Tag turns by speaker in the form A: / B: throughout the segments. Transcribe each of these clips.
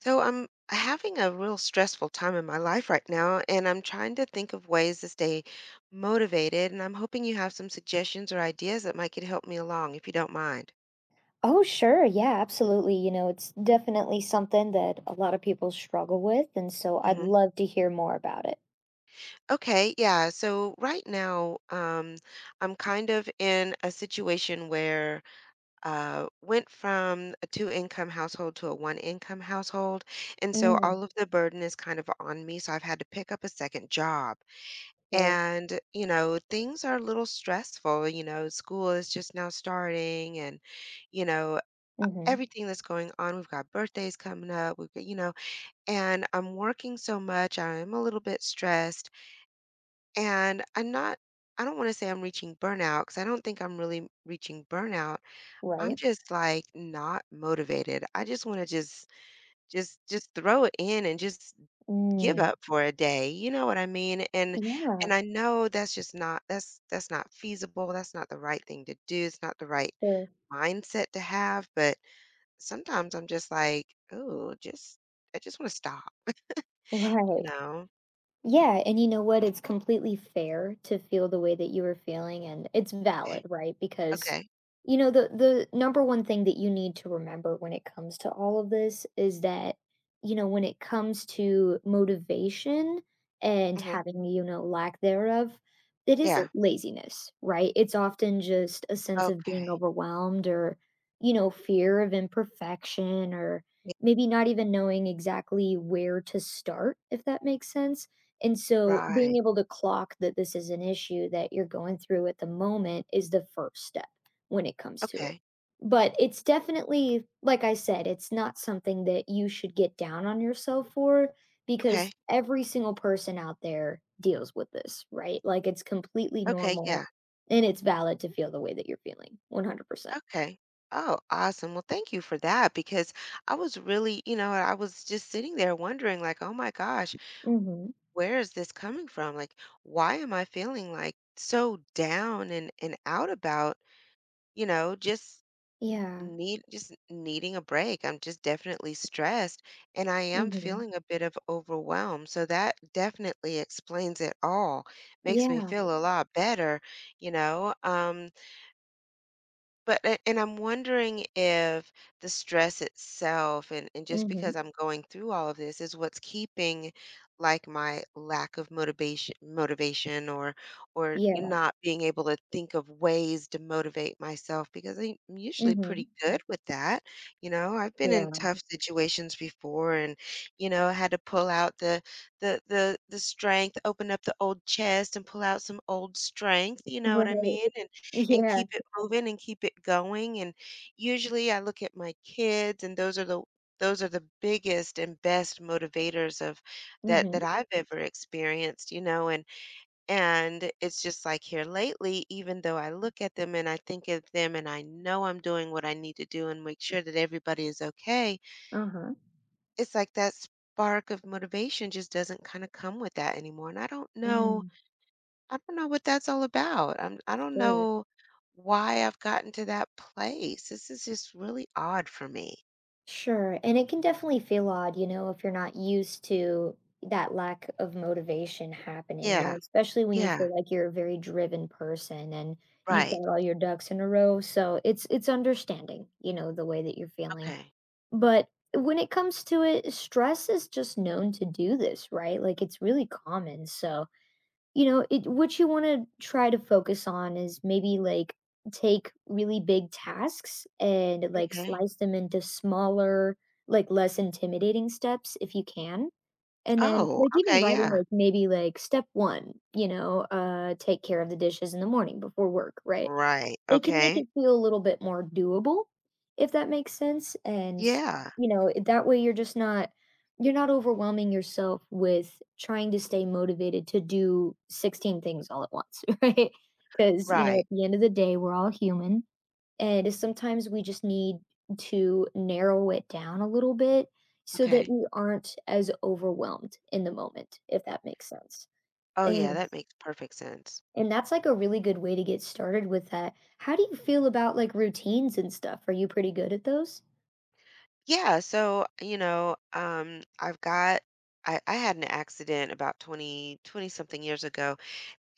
A: So I'm having a real stressful time in my life right now, and I'm trying to think of ways to stay motivated. And I'm hoping you have some suggestions or ideas that might could help me along, if you don't mind.
B: Oh, sure. Yeah, absolutely. You know, it's definitely something that a lot of people struggle with. And so I'd
A: Hmm.
B: love to hear more about it.
A: Okay, yeah. So right now, I'm kind of in a situation where went from a two-income household to a one-income household, and so
B: Mm,
A: all of the burden is kind of on me. So I've had to pick up a second job.
B: sure.
A: And, you know, things are a little stressful. You know, school is just now starting and, you know,
B: Mm-hmm.
A: everything that's going on. We've got birthdays coming up. We've got, and I'm working so much. I'm a little bit stressed and I'm not, I don't want to say I'm reaching burnout because I don't think I'm really reaching burnout. I'm
B: Right.
A: just like not motivated. I just want to just, just throw it in and just give
B: Mm,
A: up for a day, you know what I mean? And
B: yeah,
A: and I know that's just not that's not feasible. That's not the right thing to do. It's not the right
B: sure.
A: mindset to have, but sometimes I'm just like, "Oh, just I just want to stop," you
B: Right.
A: know?
B: Yeah, and you know what? It's completely fair to feel the way that you were feeling and it's
A: Okay.
B: valid, right? Because
A: Okay.
B: you know the number one thing that you need to remember when it comes to all of this is that you know when it comes to motivation and
A: Mhm.
B: having you know lack thereof, it
A: Yeah.
B: isn't laziness, right? It's often just a sense of
A: Okay.
B: being overwhelmed or you know fear of imperfection or
A: Yeah.
B: maybe not even knowing exactly where to start if that makes sense, and so
A: Right.
B: being able to clock that this is an issue that you're going through at the moment is the first step when it comes to it.
A: Okay.
B: But it's definitely, like I said, it's not something that you should get down on yourself for,
A: Okay.
B: because every single person out there deals with this, right? Like it's completely
A: Okay. Yeah.
B: normal and it's valid to feel the way that you're feeling 100%.
A: Okay. Oh, awesome. Well, thank you for that because I was really, you know, I was just sitting there wondering, like, oh my gosh,
B: Hmm.
A: where is this coming from? Like, why am I feeling like so down and out about, just
B: Yeah.
A: need just needing a break. I'm just definitely stressed and I am
B: Hmm.
A: feeling a bit of overwhelm. So that definitely explains it all. Makes me
B: Yeah.
A: feel a lot better, you know. Um but a and I'm wondering if the stress itself and just
B: Hmm.
A: because I'm going through all of this is what's keeping, like, my lack of motivation motivation or
B: Yeah.
A: not being able to think of ways to motivate myself because I'm usually
B: Hmm.
A: pretty good with that, you know? I've been in
B: Yeah.
A: tough situations before and, you know, had to pull out the the strength, open up the old chest and pull out some old strength, you know what I
B: Right.
A: mean? And
B: Yeah.
A: keep it moving and keep it going. And usually I look at my kids and those are the biggest and best motivators of that
B: Hmm.
A: that I've ever experienced, you know, and it's just like here lately, even though I look at them and I think of them and I know I'm doing what I need to do and make sure that everybody is okay,
B: Uh-huh.
A: it's like that spark of motivation just doesn't kind of come with that anymore. And
B: Mm,
A: I don't know what that's all about. I don't
B: sure.
A: know why I've gotten to that place. This is just really odd for me.
B: Sure. And it can definitely feel odd, you know, if you're not used to that lack of motivation happening, you
A: Yeah.
B: know, especially when you
A: Yeah.
B: feel like you're a very driven person and you've
A: Right.
B: got all your ducks in a row. So it's understanding, you know, the way that you're feeling.
A: Okay.
B: But when it comes to it, stress is just known to do this, right? Like it's really common. So you know, it what you wanna try to focus on is maybe, like, take really big tasks and, like,
A: Okay.
B: slice them into smaller, like, less intimidating steps if you can. And then,
A: Oh,
B: like, even
A: okay,
B: writing,
A: yeah.
B: like, maybe, like, step 1, you know, take care of the dishes in the morning before work, right?
A: Right.
B: It can make
A: Okay.
B: it feel a little bit more doable, if that makes sense, and,
A: Yeah.
B: you know, that way you're just not you're not overwhelming yourself with trying to stay motivated to do 16 things all at once, right? Because you know,
A: Right.
B: at the end of the day, we're all human, and sometimes we just need to narrow it down a little bit so that
A: Okay.
B: we aren't as overwhelmed in the moment, if that makes sense,
A: Oh, yeah,
B: and
A: that makes perfect sense.
B: and that's like a really good way to get started with that. How do you feel about like routines and stuff? Are you pretty good at those?
A: Yeah, so, you know, I've got I had an accident about 20 20 something years ago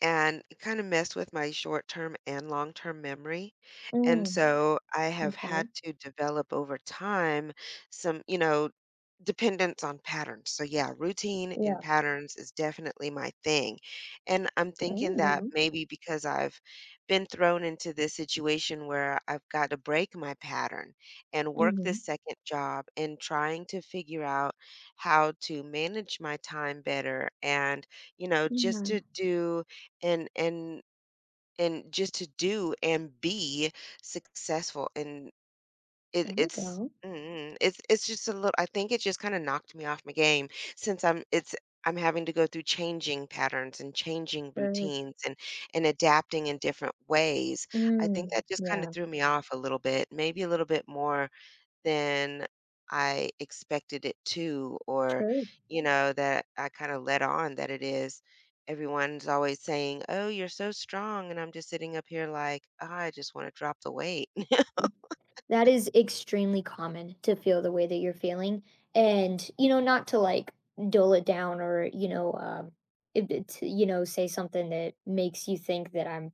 A: and it kind of messed with my short-term and long-term memory. And
B: Mm,
A: so I have
B: okay.
A: had to develop over time some, you know, dependence on patterns. So yeah, routine and
B: Yeah.
A: patterns is definitely my thing. And I'm
B: There
A: thinking
B: you
A: that
B: go.
A: maybe because I've been thrown into this situation where I've got to break my pattern and work
B: Mm-hmm.
A: this second job and trying to figure out how to manage my time better and, you know, just
B: Yeah.
A: to do and and and just to do and be successful and
B: There you
A: it's
B: go.
A: it's just a little. I think it just kind of knocked me off my game since I'm it's I'm having to go through changing patterns and changing
B: Sure.
A: routines and adapting in different ways. I think that just kind of
B: Yeah.
A: threw me off a little bit, maybe a little bit more than I expected it to, or,
B: Sure.
A: you know, that I kind of let on that it is. Everyone's always saying, "Oh, you're so strong." And I'm just sitting up here like, I just want to drop the weight.
B: That is extremely common to feel the way that you're feeling. And, you know, not to like dull it down or, you know, it's you know, say something that makes you think that I'm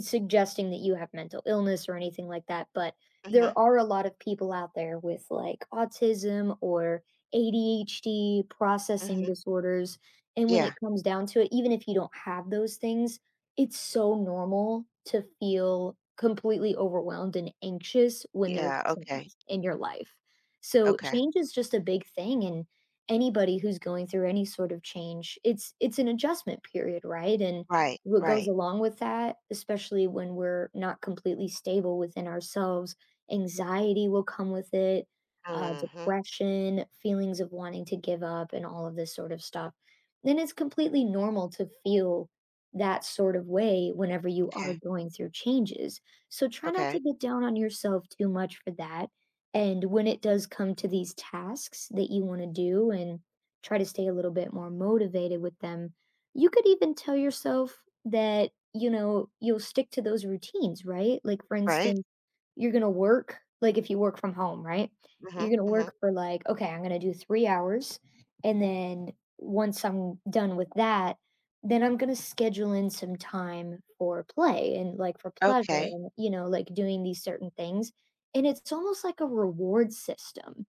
B: suggesting that you have mental illness or anything like that. But
A: Hmm.
B: there are a lot of people out there with like autism or ADHD, processing
A: Hmm.
B: disorders. And when
A: Yeah.
B: it comes down to it, even if you don't have those things, it's so normal to feel completely overwhelmed and anxious when there's
A: Yeah. Okay.
B: change in your life. So
A: Okay.
B: change is just a big thing and anybody who's going through any sort of change, it's an adjustment period, right? And
A: Right.
B: what goes
A: Right.
B: along with that, especially when we're not completely stable within ourselves, anxiety will come with it,
A: Hmm.
B: depression, feelings of wanting to give up, and all of this sort of stuff. Then it's completely normal to feel that sort of way whenever you are
A: Okay.
B: going through changes. So try not
A: Okay.
B: to get down on yourself too much for that. And when it does come to these tasks that you want to do and try to stay a little bit more motivated with them, you could even tell yourself that, you know, you'll stick to those routines, right? Like, for
A: Right.
B: instance, you're gonna work like, if you work from home, right? You're
A: Hmm.
B: gonna
A: Hmm.
B: work for, like, "Okay, I'm gonna do 3 hours, and then once I'm done with that, then I'm gonna schedule in some time for play and, like, for pleasure
A: Okay.
B: and, you know, like, doing these certain things." And it's almost like a reward system,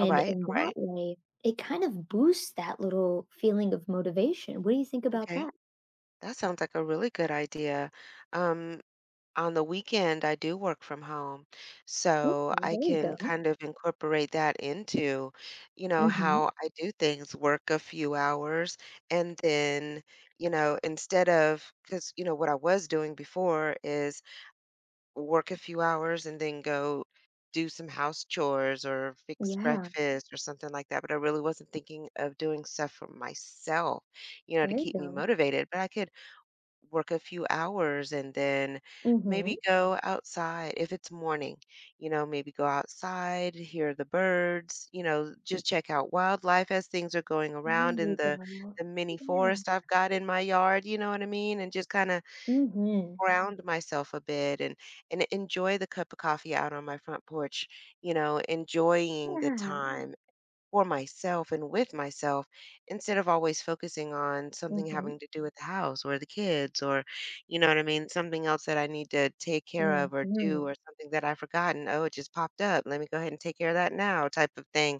A: All right.
B: in
A: All
B: that
A: right.
B: way, it kind of boosts that little feeling of motivation. What do you think about
A: Okay.
B: that?
A: That sounds like a really good idea. Um, on the weekend, I do work from home, so
B: Okay,
A: I
B: there you
A: can
B: go.
A: kind of incorporate that into, you know,
B: Mhm.
A: how I do things, work a few hours, and then, you know, instead of, because, you know, what I was doing before is work a few hours and then go do some house chores or fix
B: Yeah,
A: breakfast or something like that. But I really wasn't thinking of doing stuff for myself, you know, to
B: there you
A: keep me
B: go.
A: motivated. But I could work a few hours and then
B: Mhm.
A: maybe go outside if it's morning. You know, maybe go outside, hear the birds. You know, just check out wildlife as things are going
B: There
A: around in
B: you
A: the
B: go.
A: the mini
B: Yeah.
A: forest I've got in my yard, you know what I mean, and just kind of
B: Mhm.
A: ground myself a bit and enjoy the cup of coffee out on my front porch, you know, enjoying the
B: Yeah.
A: time for myself and with myself, instead of always focusing on something
B: Mhm.
A: having to do with the house or the kids or you know what I mean, something else that I need to take care of or do,
B: Mhm.
A: or something that I've forgotten. Oh, it just popped up, let me go ahead and take care of that now, type of thing.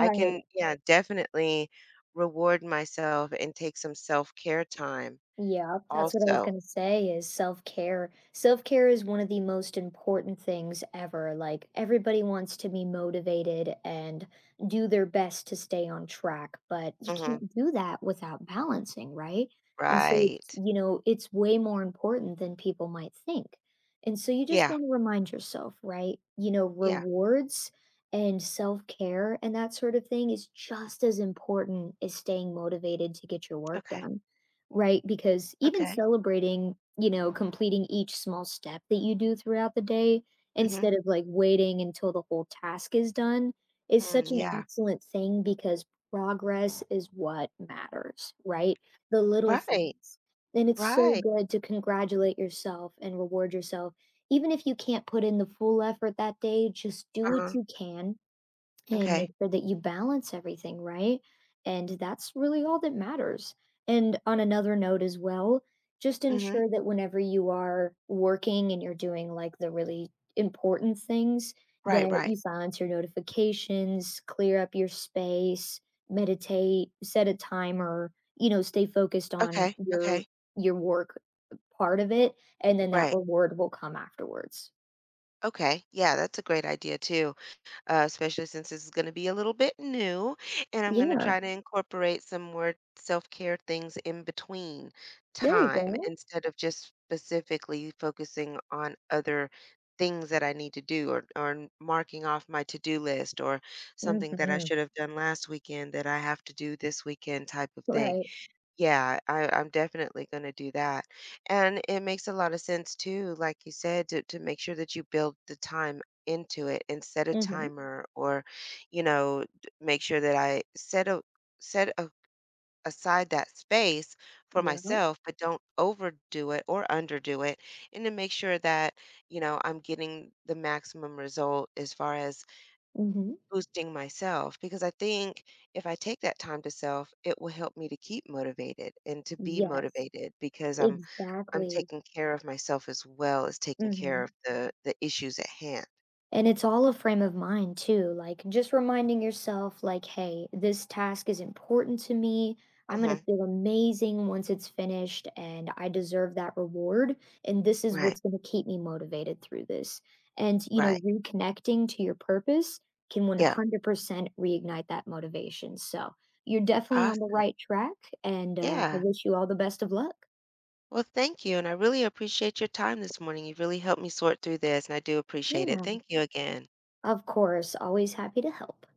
A: I can, yeah, definitely reward myself and take some self-care time
B: Yeah, that's what I was
A: also.
B: gonna say is self-care. Self-care is one of the most important things ever. Like everybody wants to be motivated and do their best to stay on track, but you
A: Hmm.
B: can't do that without balancing, right? And so it's,
A: Right.
B: you know, it's way more important than people might think. And so you just
A: Yeah.
B: want to remind yourself, right? You know,
A: Yeah.
B: rewards and self-care and that sort of thing is just as important as staying motivated to get your work
A: Okay.
B: done, right? Because even
A: Okay.
B: celebrating, you know, completing each small step that you do throughout the day
A: Hmm.
B: instead of like waiting until the whole task is done is
A: Mm,
B: such an
A: yeah.
B: excellent thing because progress is what matters, right? The little
A: Right,
B: things. And it's so
A: right.
B: good to congratulate yourself and reward yourself. Even if you can't put in the full effort that day, just do what
A: Uh-huh.
B: you can and make
A: Okay.
B: sure that you balance everything, right? And that's really all that matters. And on another note as well, just
A: Hmm.
B: ensure that whenever you are working and you're doing like the really important things,
A: Right,
B: that
A: right.
B: you silence your notifications, clear up your space, meditate, set a timer, you know, stay focused on
A: Okay, okay.
B: your work part of it, and then that
A: Right.
B: reward will come afterwards.
A: Okay. Yeah, that's a great idea too, especially since this is going to be a little bit new and I'm going to
B: Yeah,
A: try to incorporate some more self-care things in between
B: there you
A: time
B: go.
A: instead of just specifically focusing on other things that I need to do or marking off my to-do list or something that I should
B: Hmm.
A: have done last weekend that I have to do this weekend, type of thing.
B: Right.
A: Yeah, I'm definitely going to do that. And it makes a lot of sense too, like you said, to make sure that you build the time into it and set a
B: Hmm.
A: timer or, you know, make sure that I set a set a, aside that space for
B: Yeah.
A: myself, but don't overdo it or underdo it. And to make sure that, you know, I'm getting the maximum result as far as
B: Mhm.
A: boosting myself, because I think if I take that time to self, it will help me to keep motivated and to be
B: Yes,
A: motivated because I'm
B: exactly.
A: taking care of myself as well as taking care of
B: Mhm.
A: the issues at hand.
B: And it's all a frame of mind too, like just reminding yourself like, "Hey, this task is important to me. I'm gonna
A: Hmm.
B: feel amazing once it's finished and I deserve that reward, and this is
A: Right,
B: what's gonna keep me motivated through this." And, you know,
A: right.
B: reconnecting to your purpose can
A: Yeah.
B: 100% reignite that motivation, so, you're definitely on the
A: Awesome.
B: right track, and, I
A: Yeah.
B: wish you all the best of luck.
A: Well, thank you. And I really appreciate your time this morning. You really helped me sort through this, and I do appreciate it.
B: Yeah.
A: Thank you again.
B: Of course, always happy to help.